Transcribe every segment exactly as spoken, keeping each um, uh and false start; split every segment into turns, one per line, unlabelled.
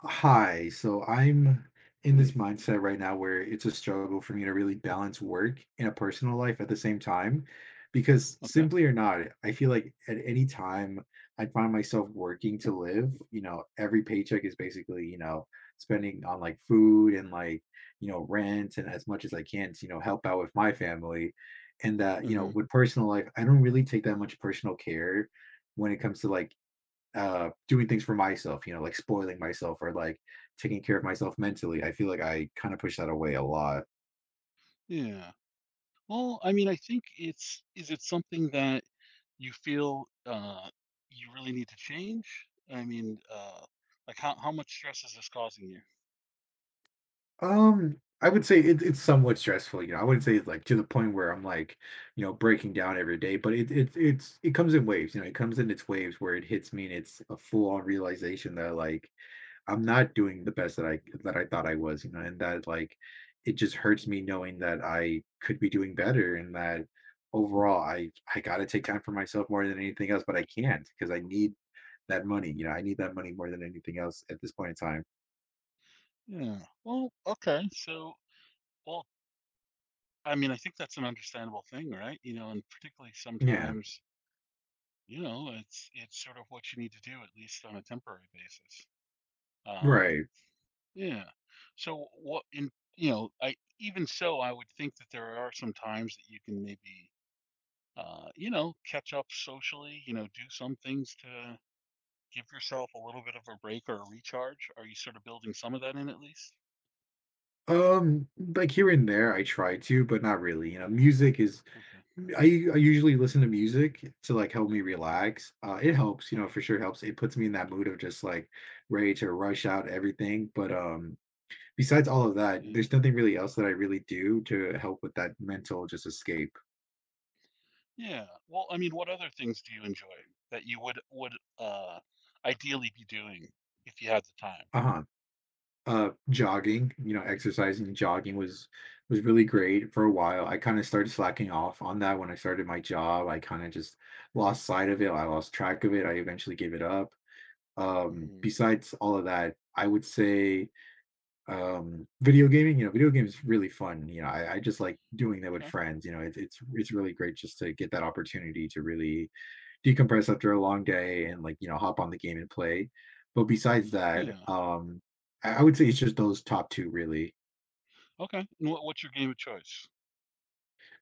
Hi. So I'm in this
Yeah.
mindset right now where it's a struggle for me to really balance work and a personal life at the same time. Because
Okay.
simply or not, I feel like at any time I find myself working to live, you know, Every paycheck is basically, you know, spending on like food and like, you know, rent and as much as I can to, you know, help out with my family. And that, you know,
Mhm.
with personal life, I don't really take that much personal care when it comes to like uh doing things for myself you know like spoiling myself or like taking care of myself mentally. I feel like I kind of push that away a lot.
Yeah. Well, I mean, I think it's is it something that you feel uh you really need to change? I mean, uh like how how much stress is this causing you?
um I would say it, it's somewhat stressful you know I wouldn't say it's like to the point where I'm like, you know breaking down every day, but it, it it's it comes in waves you know It comes in its waves where it hits me, and it's a full-on realization that like I'm not doing the best that I
Mhm.
that I thought I was, you know, and that like it just hurts me knowing that I could be doing better and that overall I I gotta take time for myself more than anything else, but I can't because I need that money. You know, I need that money more than anything else at this point in time.
Yeah. Well, okay. So, well, I mean, I think that's an understandable thing, right? You know, and particularly
Yeah,
sometimes, you know, it's it's sort of what you need to do at least on a temporary basis. Um
right.
Yeah. So what in you know, I even so I would think that there are some times that you can maybe uh, you know, catch up socially, you know, do some things to give yourself a little bit of a break or a recharge. Are you sort of building some of that in at least?
Um, like here and there, I try to, but not really. You know, music is
Okay.
I I usually listen to music to, like, help me
Mm.
relax. Uh, it helps, you know,
Okay.
for sure helps. It puts me in that mood of just, like, ready to rush out everything, but, um, besides all of that,
Yeah.
there's nothing really else that I really do to help with that mental just escape.
Yeah. Well, I mean, what other things do you enjoy that you would would uh ideally be doing if you had the time?
Uh-huh. Uh, jogging, you know, exercising, jogging was was really great for a while. I kinda started slacking off on that when I started my job. I kinda just lost sight of it. I lost track of it. I eventually gave it up. Um,
Hmm.
besides all of that, I would say, um video gaming you know Video games is really fun. You know I, I just like doing that with
Okay.
friends. You know it's it's it's really great just to get that opportunity to really decompress after a long day and like you know hop on the game and play. But besides that,
Yeah.
um i, I would say it's just those top two really.
Okay. And what, what's your game of choice?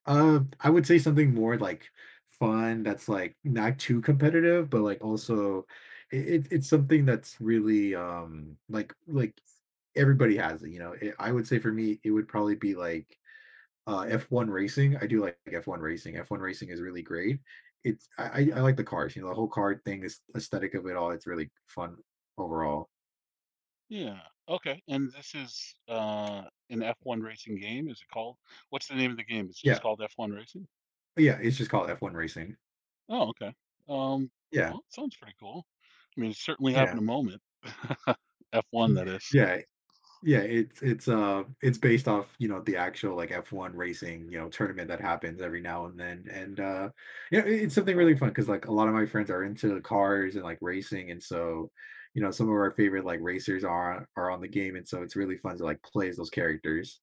uh I would say something more like fun that's like not too competitive but like also it, it- it's something that's really, um like, like everybody has it. You know it, i would say for me it would probably be like, uh, F one racing. I do like F one racing. F one racing is really great. It's I, I I
Okay.
like the cars. You know, the whole car thing, this aesthetic of it all. It's really fun overall.
Yeah. Okay. And this is uh an F one racing game, is it called? What's the name of the game? It's
Yeah,
just called F one Racing?
yeah. It's just called F one racing.
Oh, okay. Um,
Yeah,
well, it sounds pretty cool. I mean, it's certainly having
yeah,
a moment. F one, that is.
yeah. Yeah, it's it's uh it's based off, you know, the actual like F one racing, you know, tournament that happens every now and then. And uh you know, it- it's something really fun because like a lot of my friends are into cars and like racing, and so, you know, some of our favorite like racers are are on the game, and so it's really fun to like play as those characters.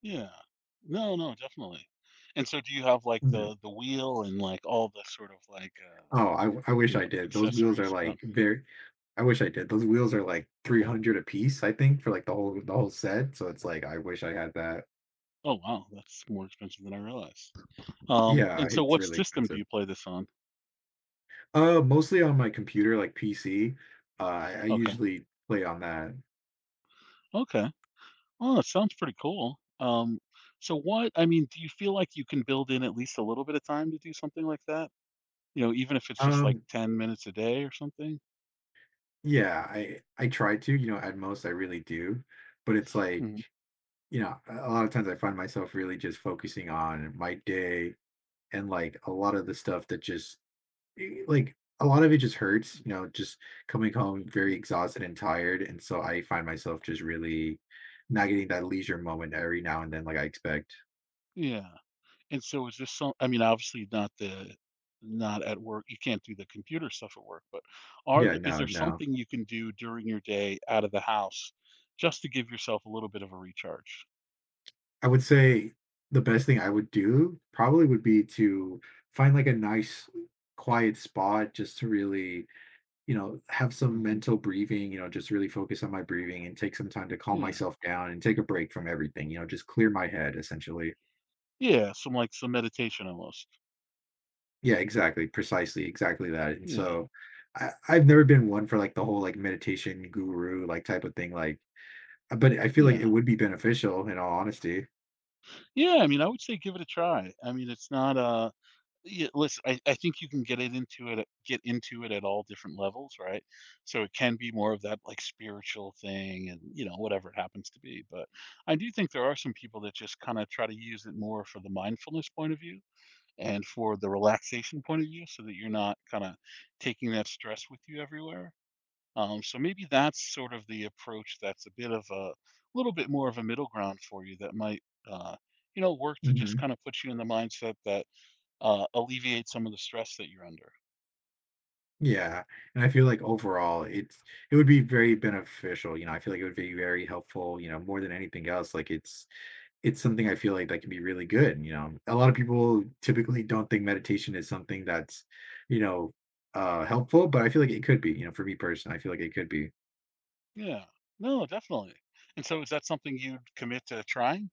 Yeah. No, no, definitely. And so do you have like
Mhm.
the the wheel and like all the sort of like uh
Oh, I w- I wish
you
I
know
did. Those wheels are
accessories? Oh,
like very I wish I did. Those wheels are like three hundred a piece, I think, for like the whole the whole set. So it's like I wish I had that.
oh wow, that's more expensive than I realized. Um
Yeah,
and so
it's
what
really
system do
expensive.
you play this on?
Uh, mostly on my computer, like P C. Uh, I I
Okay.
usually play on that.
Okay. Oh, that sounds pretty cool. Um, so what, I mean, do you feel like you can build in at least a little bit of time to do something like that? You know, even if it's just like
Um,
ten minutes a day or something?
yeah, I I try to, you know, at most I really do, but it's like,
Mhm.
you know, a a lot of times I find myself really just focusing on my day, and like a lot of the stuff that just, eh, like a lot of it just hurts, you know, just coming home very
Mm.
exhausted and tired, and so I find myself just really not getting that leisure moment every now and then like I expect.
Yeah. And so is this some, I mean, obviously not the, not at work. You can't do the computer stuff at work, but are
Yeah,
there, is
no,
there
no.
something you can do during your day out of the house just to give yourself a little bit of a recharge?
I would say the best thing I would do probably would be to find like a nice quiet spot just to really, you know, have some
Hmm.
mental breathing, you know, just really focus on my breathing and take some time to calm
Yeah.
myself down and take a break from everything, you know, just clear my head essentially.
Yeah. Some like some meditation almost.
Yeah, exactly. Precisely, exactly that. And
Yeah.
so, I, I've never been one for like the whole like meditation guru like type of thing. Like, but I feel like it
Yeah.
would be beneficial in all honesty.
Yeah, I mean, I would say give it a try. I mean, it's not a yeah, listen, I, I think you can get it into it get into it at all different levels, right? So it can be more of that like spiritual thing, and, you know, whatever it happens to be. But I do think there are some people that just kind of try to use it more for the mindfulness point of view and for the relaxation point of view so that you're not kind of taking that stress with you everywhere. Um, so maybe that's sort of the approach that's a bit of a little bit more of a middle ground for you that might uh, you know, work to just
Mhm.
kind of put you in the mindset that uh, alleviates some of the stress that you're under.
Yeah, and I feel like overall it's it would be very beneficial. you know, I feel like it would be very helpful, you know, more than anything else. Like it's it's something I feel like that can be really good, you know. A lot of people typically don't think meditation is something that's, you know, uh helpful, but I feel like it could be, you know, for me personally, I feel like it could be.
Yeah. No, definitely. And so is that something you'd commit to trying?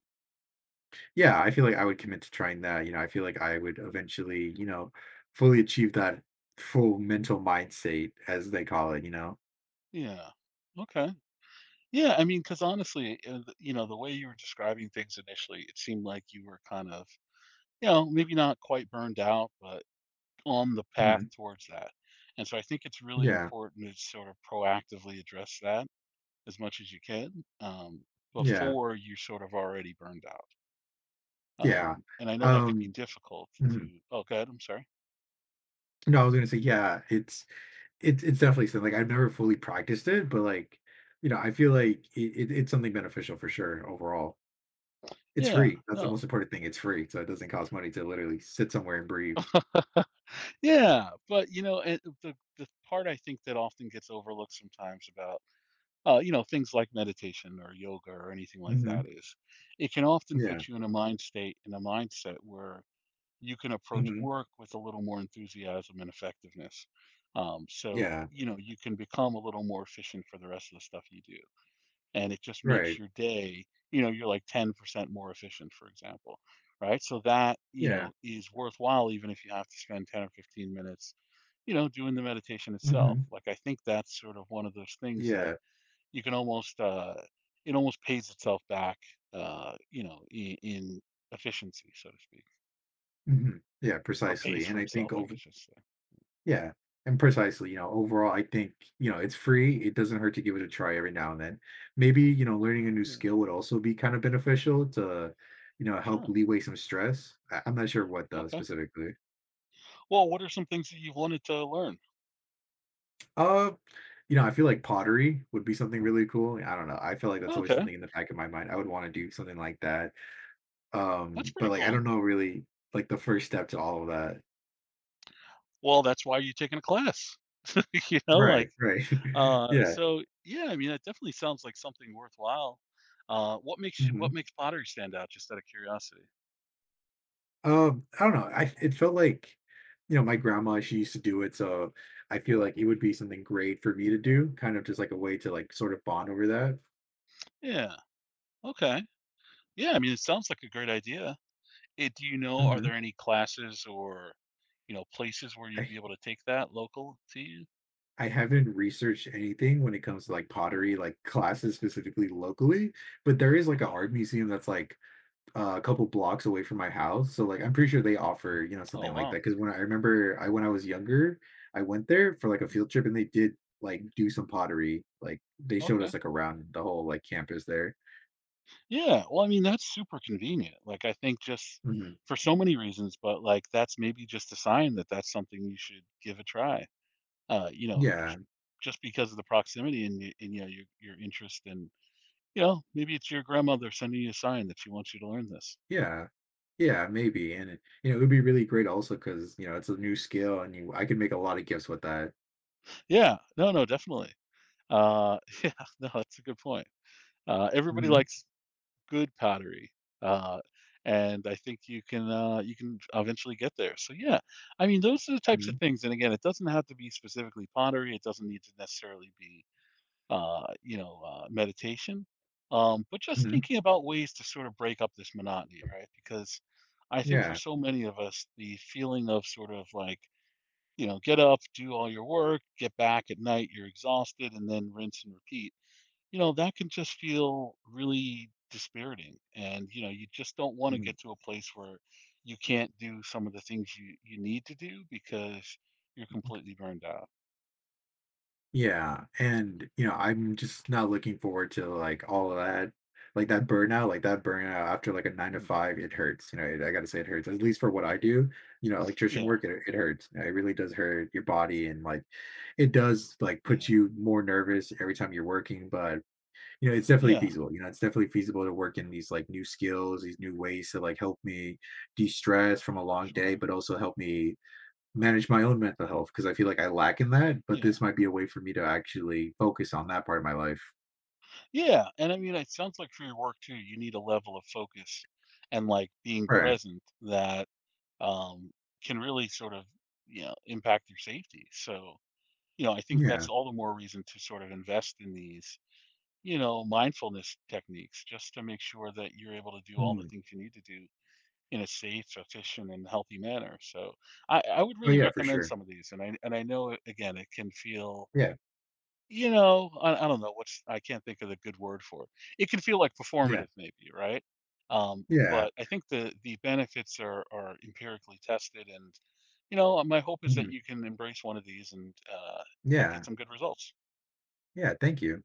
Yeah, I feel like I would commit to trying that. you know, I feel like I would eventually, you know, fully achieve that full mental mind state as they call it, you know.
Yeah. Okay. Yeah. I mean, because honestly, uh, th- you know, the way you were describing things initially, it seemed like you were kind of, you know, maybe not quite burned out, but on the path
Mhm.
towards that. And so I think it's really
Yeah.
important to sort of proactively address that as much as you can um,
Yeah.
before you're sort of already burned out.
Yeah.
Um, and I know that could be
Um
difficult
mhm.
to. Oh, God, I'm sorry.
No, I was gonna say, yeah, it's it's it's definitely something. Like, I've never fully practiced it, but like, you know, I feel
Mhm.
like it, it, it's something beneficial for sure overall. It's
Yeah,
free. That's the
no,
most important thing. It's free, so it doesn't cost money to literally sit somewhere and breathe.
yeah, but you know, and the the part I think that often gets overlooked sometimes about uh, you know things like meditation or yoga or anything like
Hmm.
that is it can often
Yeah.
put you in a mind state in a mindset where you can approach
Hmm.
work with a little more enthusiasm and effectiveness. Um, so,
Yeah.
you know, you can become a little more efficient for the rest of the stuff you do. And it just makes
Right.
your day, you know, you're like ten percent more efficient, for example. Right. So that, you
Yeah.
know, is worthwhile, even if you have to spend ten or fifteen minutes, you know, doing the meditation itself.
Hmm.
Like, I think that's sort of one of those things that
Yeah.
you can almost, uh, it almost pays itself back, uh, you know, in, in efficiency, so to speak,
Hmm. Yeah.
or
Precisely.
pays
And
for
I think
itself, I
over
guess, just
Yeah, and precisely, you know, overall, I think, you know, it's free. It doesn't hurt to give it a try every now and then. Maybe, you know, learning a new
Mm.
skill would also be kind of beneficial to, you know, help
Sure.
leeway some stress. I- I'm not sure what though
Okay.
specifically.
Well, what are some things that you've wanted to learn?
Uh, you know, I feel like pottery would be something really cool. I don't know. I feel like that's always
Okay,
something in the back of my mind. I would want to do something like that.
that's
Um,
pretty
but like I
cool.
don't know really like the first step to all of that.
Well, that's why you're taking a class. You know,
Right,
like
right.
uh
yeah.
so yeah, I mean that definitely sounds like something worthwhile. Uh what makes you what
Mhm.
makes pottery stand out, just out of curiosity?
Um, I don't know. I it felt like, you know, my grandma, she used to do it, so I feel like it would be something great for me to do, kind of just like a way to like sort of bond over that.
Yeah. Okay. Yeah, I mean it sounds like a great idea. It, do you know are
Mhm.
there any classes or you know places where you'd
I
be able to take that local to you?
I haven't researched anything when it comes to like pottery, like classes specifically locally, but there is like an
Okay.
art museum that's like, uh, a couple blocks away from my house. So like I'm pretty sure they offer, you know,
Oh,
something like
wow.
that. Cause when I remember I when I was younger, I went there for like a
Mhm.
field trip, and they did like do some pottery. Like they showed us
Okay.
like around the whole like campus there.
Yeah, well, I mean, that's super convenient. Like, I think just
Hmm.
for so many reasons, but like that's maybe just a sign that that's something you should give a try. Uh, you know, sh-
Yeah.
just because of the proximity, and y- and you know your your interest, and you know maybe it's your grandmother sending you a sign that she wants you to learn this.
Yeah. Yeah, maybe. And it, you know, it would be really great also because, you know, it's a new skill, and you I could make a lot of gifts with that.
Yeah, no, no, definitely. Uh, yeah, no, that's a good point. Uh, everybody
Hmm.
likes good pottery. Uh, and I think you can uh, you can eventually get there. So yeah, I mean those are the types
Hmm.
of things. And again, it doesn't have to be specifically pottery. It doesn't need to necessarily be uh, you know uh, meditation. Um, but just
Hmm.
thinking about ways to sort of break up this monotony, right? Because I think for
Yeah.
so many of us, the feeling of sort of like you know get up, do all your work, get back at night, you're exhausted, and then rinse and repeat, you know, that can just feel really dispiriting. And, you know, you just don't want to
Mm-hmm.
get to a place where you can't do some of the things you, you need to do because you're completely burned out.
Yeah, and, you know, I'm just not looking forward to, like, all of that, like, that burnout, like, that burnout after, like, a nine to
Mm.
five. It hurts, you know, it, I gotta say it hurts, at least for what I do. you know, electrician
Yeah.
work, it it hurts. You know, it really does hurt your body, and, like, it does, like, put
Yeah.
you more nervous every time you're working. But, you know, it's definitely
Yeah.
feasible. you know, it's definitely feasible to work in these, like, new skills, these new ways to, like, help me de-stress from a long day,
Sure.
but also help me manage my own mental health, because I feel like I lack in that, but
Yeah.
this might be a way for me to actually focus on that part of my life.
Yeah. And I mean, it sounds like for your work too, you need a level of focus and like being
Right.
present that um, can really sort of, you know, impact your safety. So, you know, I think that's
Yeah.
all the more reason to sort of invest in these, you know, mindfulness techniques just to make sure that you're able to do all the
Mhm.
things you need to do in a safe, efficient, and healthy manner. So I, I would
Oh,
really
yeah, for
recommend
sure.
some of these. And I and I know, again, it can feel,
Yeah.
you know, I, I don't know what's I can't think of the good word for it. It can feel like
Yeah.
performative maybe, right? Um,
Yeah.
but I think the the benefits are are empirically tested, and you know, my hope is that
Mhm.
you can embrace one of these and uh, have
Yeah.
get some good results.
Yeah. Thank you.